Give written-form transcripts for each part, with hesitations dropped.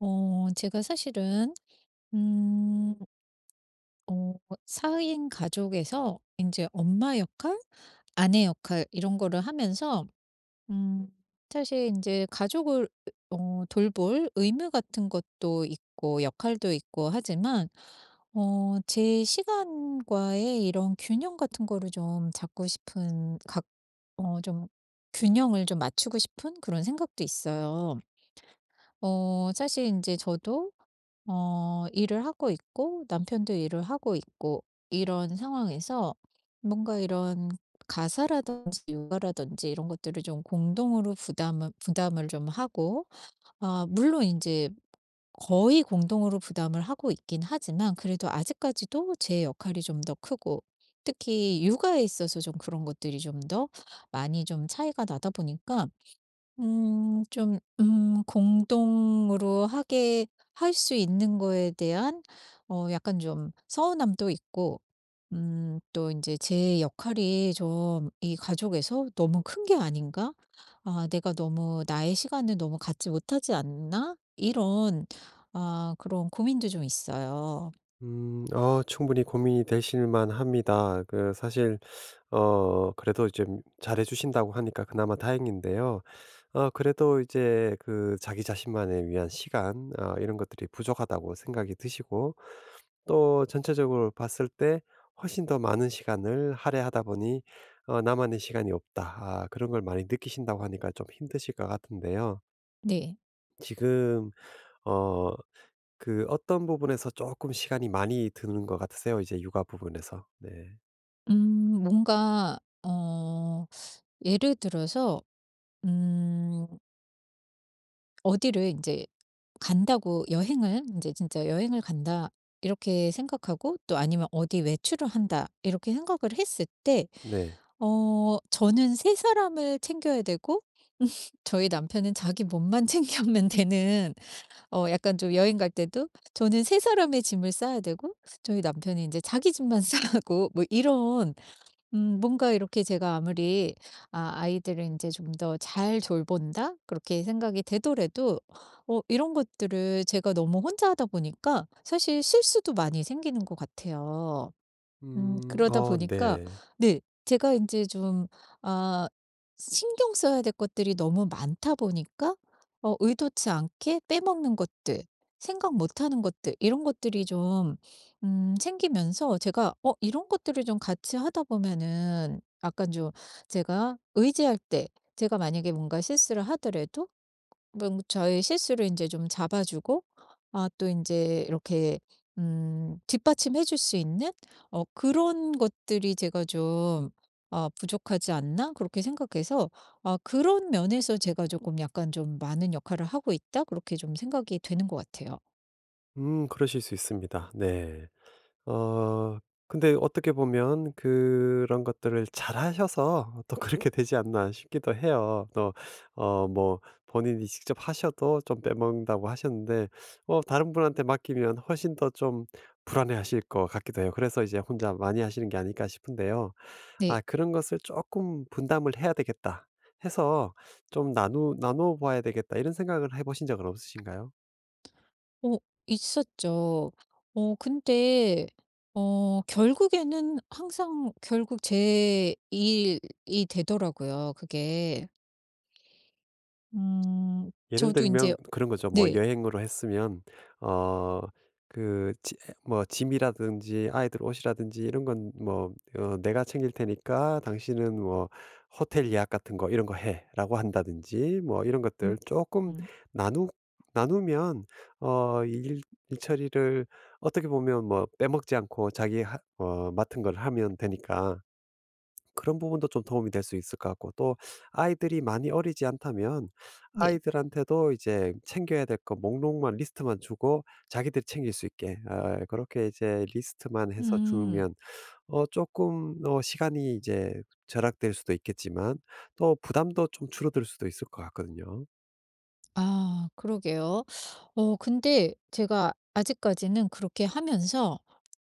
제가 사실은 음 어 사인 가족에서 이제 엄마 역할, 아내 역할 이런 거를 하면서 음 사실 이제 가족을 돌볼 의무 같은 것도 있고 역할도 있고 하지만, 제 시간과의 이런 균형 같은 거를 좀 잡고 싶은 각 어 좀 균형을 좀 맞추고 싶은 그런 생각도 있어요. 사실 이제 저도 일을 하고 있고 남편도 일을 하고 있고, 이런 상황에서 뭔가 이런 가사라든지 육아라든지 이런 것들을 좀 공동으로 부담을 좀 하고. 아, 물론 이제 거의 공동으로 부담을 하고 있긴 하지만 그래도 아직까지도 제 역할이 좀 더 크고, 특히 육아에 있어서 좀 그런 것들이 좀 더 많이 좀 차이가 나다 보니까, 좀 공동으로 하게 할 수 있는 거에 대한 약간 좀 서운함도 있고, 또 이제 제 역할이 좀 이 가족에서 '너무 큰 게 아닌가? 아, 내가 너무 나의 시간을 너무 갖지 못하지 않나?' 이런 그런 고민도 좀 있어요. 음. 충분히 고민이 되실 만합니다. 그 사실 그래도 이제 잘해 주신다고 하니까 그나마 다행인데요. 그래도 이제 그 자기 자신만을 위한 시간, 이런 것들이 부족하다고 생각이 드시고, 또 전체적으로 봤을 때 훨씬 더 많은 시간을 할애하다 보니 '나만의 시간이 없다', 아 그런 걸 많이 느끼신다고 하니까 좀 힘드실 것 같은데요. 네. 지금 어 그 어떤 부분에서 조금 시간이 많이 드는 것 같으세요? 이제 육아 부분에서. 네. 음 뭔가 어 예를 들어서 음 어디를 이제 간다고, 여행을 이제 진짜 '여행을 간다.' 이렇게 생각하고, 또 아니면 '어디 외출을 한다.' 이렇게 생각을 했을 때, 네. 저는 세 사람을 챙겨야 되고 저희 남편은 자기 몸만 챙기면 되는. 약간 좀 여행 갈 때도 저는 세 사람의 짐을 싸야 되고 저희 남편이 이제 자기 짐만 싸고 뭐 이런. 뭔가 이렇게 제가 아무리 아이들을 이제 좀 더 잘 돌본다 그렇게 생각이 되더라도, 이런 것들을 제가 너무 혼자 하다 보니까 사실 실수도 많이 생기는 것 같아요. 음. 그러다 어 보니까 네. 네, 제가 이제 좀 아 신경 써야 될 것들이 너무 많다 보니까 의도치 않게 빼먹는 것들, 생각 못 하는 것들 이런 것들이 좀 생기면서, 제가 이런 것들을 좀 같이 하다 보면은 약간 좀. 제가 의지할 때, 제가 만약에 뭔가 실수를 하더라도 뭐 저의 실수를 인제 좀 잡아 주고, 또 인제 이렇게 뒷받침해 줄 수 있는 그런 것들이 제가 좀 '부족하지 않나?' 그렇게 생각해서, 그런 면에서 제가 조금 약간 좀 '많은 역할을 하고 있다.' 그렇게 좀 생각이 되는 것 같아요. 그러실 수 있습니다. 네. 어 근데 어떻게 보면 그런 것들을 잘하셔서 또 그렇게 되지 않나 싶기도 해요. 또 뭐 본인이 직접 하셔도 좀 빼먹는다고 하셨는데, 다른 분한테 맡기면 훨씬 더 좀 불안해하실 것 같기도 해요. 그래서 이제 혼자 많이 하시는 게 아닐까 싶은데요. 네. 아 그런 것을 조금 분담을 해야 되겠다 해서 좀 나누 나눠 봐야 되겠다, 이런 생각을 해 보신 적은 없으신가요? 어 있었죠. 근데 결국에는 항상 결국 제 일이 되더라고요, 그게. 음. 예를 저도 인제 들면 그런 거죠. 뭐 네. 여행으로 했으면 어 그 뭐 짐이라든지 아이들 옷이라든지 이런 건 뭐 "내가 챙길 테니까 당신은 뭐 호텔 예약 같은 거 이런 거 해."라고 한다든지, 뭐 이런 것들 조금 음음. 나누 나누면 일 일처리를 어떻게 보면 뭐 빼먹지 않고 자기 하 어 맡은 걸 하면 되니까 그런 부분도 좀 도움이 될 수 있을 것 같고, 또 아이들이 많이 어리지 않다면 네. 아이들한테도 이제 챙겨야 될 거 목록만, 리스트만 주고 자기들이 챙길 수 있게, 아 그렇게 이제 리스트만 해서 음. 주면 어금어 시간이 이제 절약될 수도 있겠지만 또 부담도 좀 줄어들 수도 있을 것 같거든요. 아, 그러게요. 근데 제가 아직까지는 그렇게 하면서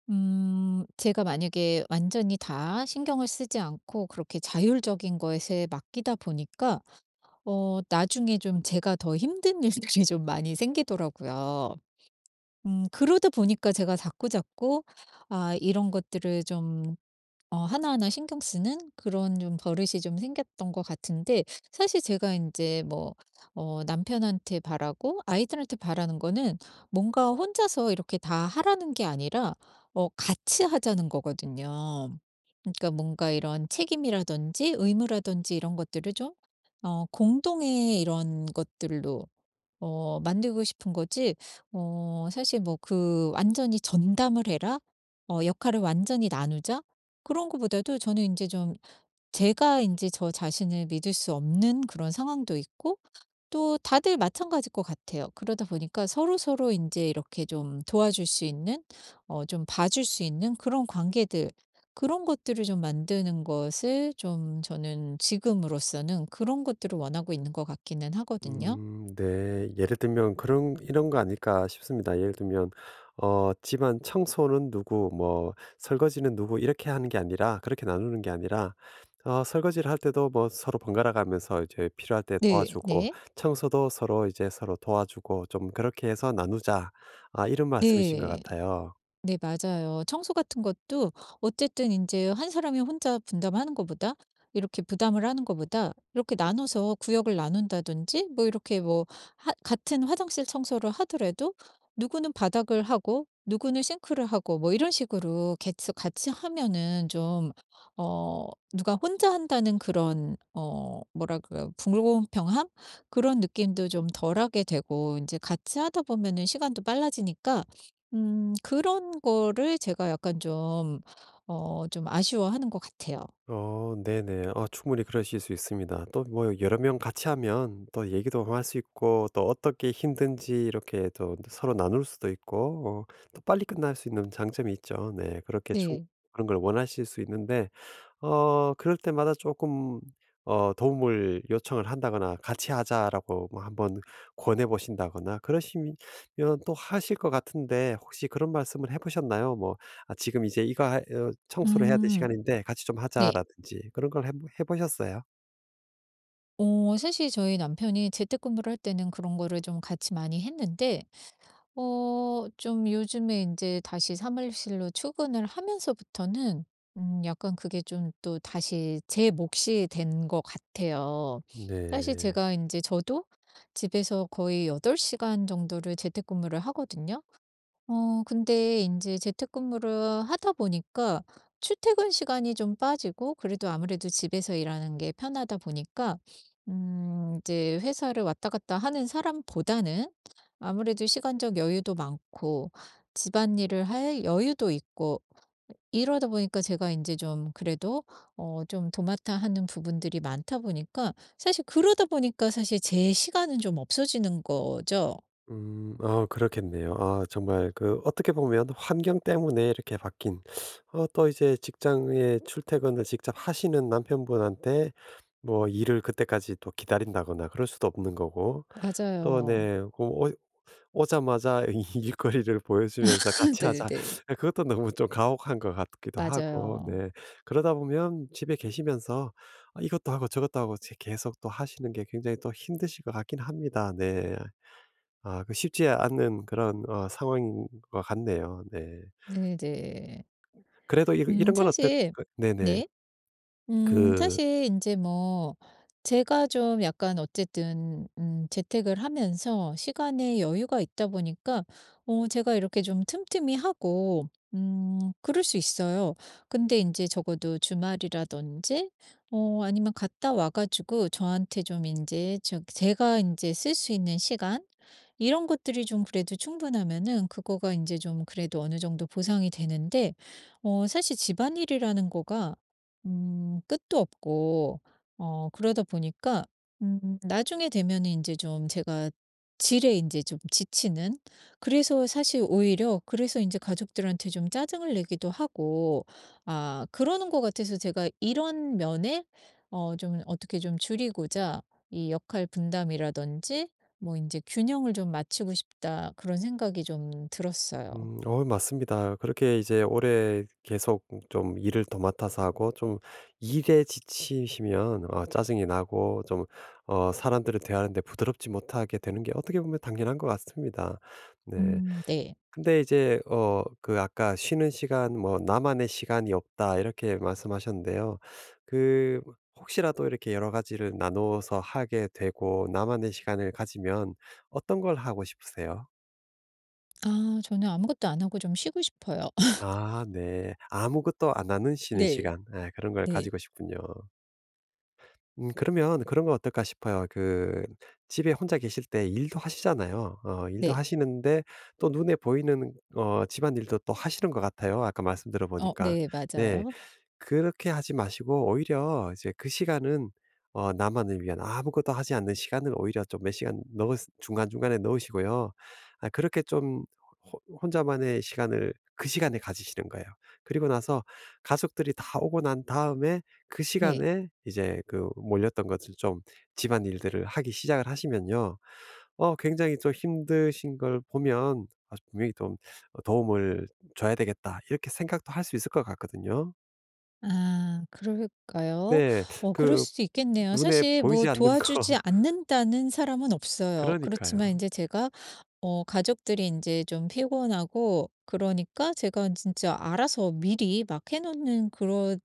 제가 만약에 완전히 다 신경을 쓰지 않고 그렇게 자율적인 것에 맡기다 보니까, 나중에 좀 제가 더 힘든 일들이 좀 많이 생기더라고요. 그러다 보니까 제가 자꾸자꾸 이런 것들을 좀 하나하나 신경 쓰는 그런 좀 버릇이 좀 생겼던 것 같은데. 사실 제가 이제 뭐 남편한테 바라고 아이들한테 바라는 거는, 뭔가 혼자서 이렇게 다 하라는 게 아니라 같이 하자는 거거든요. 그러니까 뭔가 이런 책임이라든지 의무라든지 이런 것들을 좀 공동의 이런 것들로 만들고 싶은 거지, 사실 뭐 그 '완전히 전담을 해라. 어 역할을 완전히 나누자.' 그런 거보다도, 저는 이제 좀 제가 이제 저 자신을 믿을 수 없는 그런 상황도 있고, 또 다들 마찬가지일 것 같아요. 그러다 보니까 서로서로 이제 이렇게 좀 도와줄 수 있는, 좀 봐줄 수 있는 그런 관계들, 그런 것들을 좀 만드는 것을, 좀 저는 지금으로서는 그런 것들을 원하고 있는 것 같기는 하거든요. 네. 예를 들면 그런, 이런 거 아닐까 싶습니다. 예를 들면 집안 청소는 누구, 뭐 설거지는 누구, 이렇게 하는 게 아니라, 그렇게 나누는 게 아니라 설거지를 할 때도 뭐 서로 번갈아 가면서 이제 필요할 때 네. 도와주고, 네. 청소도 서로, 이제 서로 도와주고, 좀 그렇게 해서 나누자, 아 이런 말씀이신 것 네. 같아요. 네, 맞아요. 청소 같은 것도 어쨌든 인제 한 사람이 혼자 분담하는 것보다, 이렇게 부담을 하는 것보다 이렇게 나눠서 구역을 나눈다든지, 뭐 이렇게 뭐, 하 같은 화장실 청소를 하더라도 누구는 바닥을 하고 누구는 싱크를 하고, 뭐 이런 식으로 개츠 같이 하면은 좀, 어 누가 혼자 한다는 그런, 뭐라 그래요? 불공평함? 그런 느낌도 좀 덜하게 되고 인제 같이 하다 보면은 시간도 빨라지니까. 그런 거를 제가 약간 좀 좀 아쉬워하는 것 같아요. 네네. 충분히 그러실 수 있습니다. 또 뭐 여러 명 같이 하면 또 얘기도 할 수 있고, 또 어떻게 힘든지 이렇게 또 서로 나눌 수도 있고, 또 빨리 끝날 수 있는 장점이 있죠. 네. 그렇게 충 네. 그런 걸 원하실 수 있는데, 그럴 때마다 조금 도움을 요청을 한다거나 "같이 하자."라고 뭐 한번 권해 보신다거나 그러시면 또 하실 것 같은데, 혹시 그런 말씀을 해 보셨나요? 뭐 "아 지금 이제 이거 하 어 청소를 해야 될 음 시간인데 같이 좀 네. 하자."라든지 그런 걸 해 보셨어요? 사실 저희 남편이 재택근무를 할 때는 그런 거를 좀 같이 많이 했는데, 좀 요즘에 이제 다시 사무실로 출근을 하면서부터는 약간 그게 좀 또 다시 제 몫이 된 것 같아요. 사실 네. 제가 이제 저도 집에서 거의 8 시간 정도를 재택근무를 하거든요. 근데 이제 재택근무를 하다 보니까 출퇴근 시간이 좀 빠지고, 그래도 아무래도 집에서 일하는 게 편하다 보니까 음 이제 회사를 왔다 갔다 하는 사람보다는 아무래도 시간적 여유도 많고 집안일을 할 여유도 있고, 이러다 보니까 제가 이제 좀 그래도 좀 도맡아 하는 부분들이 많다 보니까, 사실 그러다 보니까 사실 제 시간은 좀 없어지는 거죠. 그렇겠네요. 아 정말 그 어떻게 보면 환경 때문에 이렇게 바뀐, 또 이제 직장에 출퇴근을 직접 하시는 남편분한테 뭐 일을 그때까지 또 기다린다거나 그럴 수도 없는 거고, 또 맞아요. 네 어 오자마자 이 일거리를 보여주면서 "같이 하자." 네네네. 예, 그것도 너무 좀 가혹한 것 같기도 하고. 맞아요. 네. 그러다 보면 집에 계시면서 아 이것도 하고 저것도 하고, 제 계속 또 하시는 게 굉장히 또 힘드실 것 같긴 합니다. 네. 아 그 쉽지 않은 그런 상황인 것 같네요. 네. 네 네. 그래도 이 이런 건 어떨 사실 그 네네. 네. 그 사실 이제 뭐 제가 좀 약간 어쨌든 재택을 하면서 시간에 여유가 있다 보니까 제가 이렇게 좀 틈틈이 하고 그럴 수 있어요. 근데 이제 적어도 주말이라든지 아니면 갔다 와 가지고, 저한테 좀 이제 제가 이제 쓸 수 있는 시간 이런 것들이 좀 그래도 충분하면은, 그거가 이제 좀 그래도 어느 정도 보상이 되는데, 사실 집안일이라는 거가 끝도 없고, 그러다 보니까 나중에 되면은 이제 좀 제가 질에 이제 좀 지치는. 그래서 사실 오히려 그래서 이제 가족들한테 좀 짜증을 내기도 하고 그러는 것 같아서, 제가 이런 면에 좀 어떻게 좀 줄이고자 이 역할 분담이라든지 뭐 이제 '균형을 좀 맞추고 싶다.' 그런 생각이 좀 들었어요. 맞습니다. 그렇게 이제 오래 계속 좀 일을 더 맡아서 하고, 좀 일에 지치시면 짜증이 나고, 좀 사람들을 대하는 데 부드럽지 못하게 되는 게 어떻게 보면 당연한 것 같습니다. 네. 네. 근데 이제 그 아까 쉬는 시간 뭐 "나만의 시간이 없다." 이렇게 말씀하셨는데요. 그 혹시라도 이렇게 여러 가지를 나누어서 하게 되고 나만의 시간을 가지면 어떤 걸 하고 싶으세요? 아, 저는 아무것도 안 하고 좀 쉬고 싶어요. 아 네. 아무것도 안 하는 쉬는 네. 시간. 아, 그런 걸 네. 가지고 싶군요. 그러면 그런 거 어떨까 싶어요. 그 집에 혼자 계실 때 일도 하시잖아요. 일도 네. 하시는데 또 눈에 보이는 집안일도 또 하시는 것 같아요, 아까 말씀 들어 보니까. 네, 네. 맞아요. 그렇게 하지 마시고, 오히려 이제 그 시간은 나만을 위한 아무것도 하지 않는 시간을, 오히려 좀 몇 시간 넣 중간중간에 넣으시고요. 아 그렇게 좀 호 혼자만의 시간을 그 시간에 가지시는 거예요. 그리고 나서 가족들이 다 오고 난 다음에 그 네. 시간에 이제 그 몰렸던 것을 좀, 집안일들을 하기 시작을 하시면요, 굉장히 좀 힘드신 걸 보면 '아 분명히 좀 도움을 줘야 되겠다.' 이렇게 생각도 할 수 있을 것 같거든요. 아, 그럴까요? 네. 그럴 그 수도 있겠네요. 눈에 사실 뭐 보이지 않는 거. 도와주지 않는다는 사람은 없어요. 그러니까요. 그렇지만 이제 제가, 가족들이 이제 좀 피곤하고 그러니까 제가 진짜 알아서 미리 막 해 놓는 그런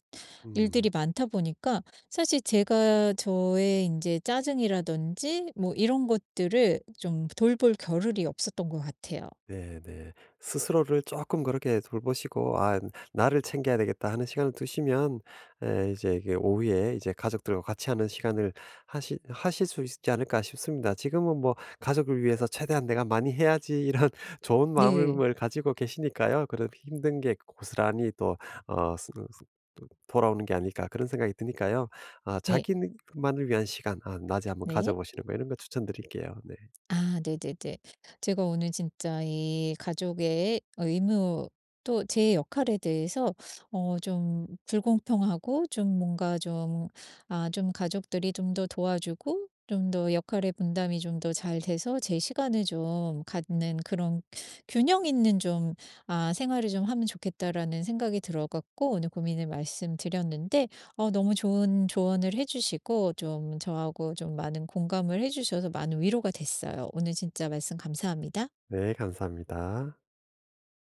음. 일들이 많다 보니까, 사실 제가 저의 이제 짜증이라든지 뭐 이런 것들을 좀 돌볼 겨를이 없었던 것 같아요. 네네. 스스로를 조금 그렇게 돌보시고 '아 나를 챙겨야 되겠다.' 하는 시간을 두시면, 에 이제 이게 오후에 이제 가족들과 같이 하는 시간을 하시 하실 수 있지 않을까 싶습니다. 지금은 뭐 '가족을 위해서 최대한 내가 많이 해야지.' 이런 좋은 네. 마음을 가지고 계시니까요, 그런 힘든 게 고스란히 또 어 스 스 또 돌아오는 게 아닐까, 그런 생각이 드니까요. 아 네. 자기만을 위한 시간, 낮에 한번 가져 네. 보시는 거, 이런 거 추천드릴게요. 네. 아, 네네네. 제가 오늘 진짜 이 가족의 의무, 또 제 역할에 대해서 좀 불공평하고 좀 뭔가 좀 좀 가족들이 좀 더 도와주고 좀 더 역할의 분담이 좀 더 잘 돼서 제 시간을 좀 갖는, 그런 균형 있는 좀 '생활을 좀 하면 좋겠다.'라는 생각이 들어 갖고 오늘 고민을 말씀드렸는데, 너무 좋은 조언을 해 주시고 좀 저하고 좀 많은 공감을 해 주셔서 많은 위로가 됐어요. 오늘 진짜 말씀 감사합니다. 네, 감사합니다.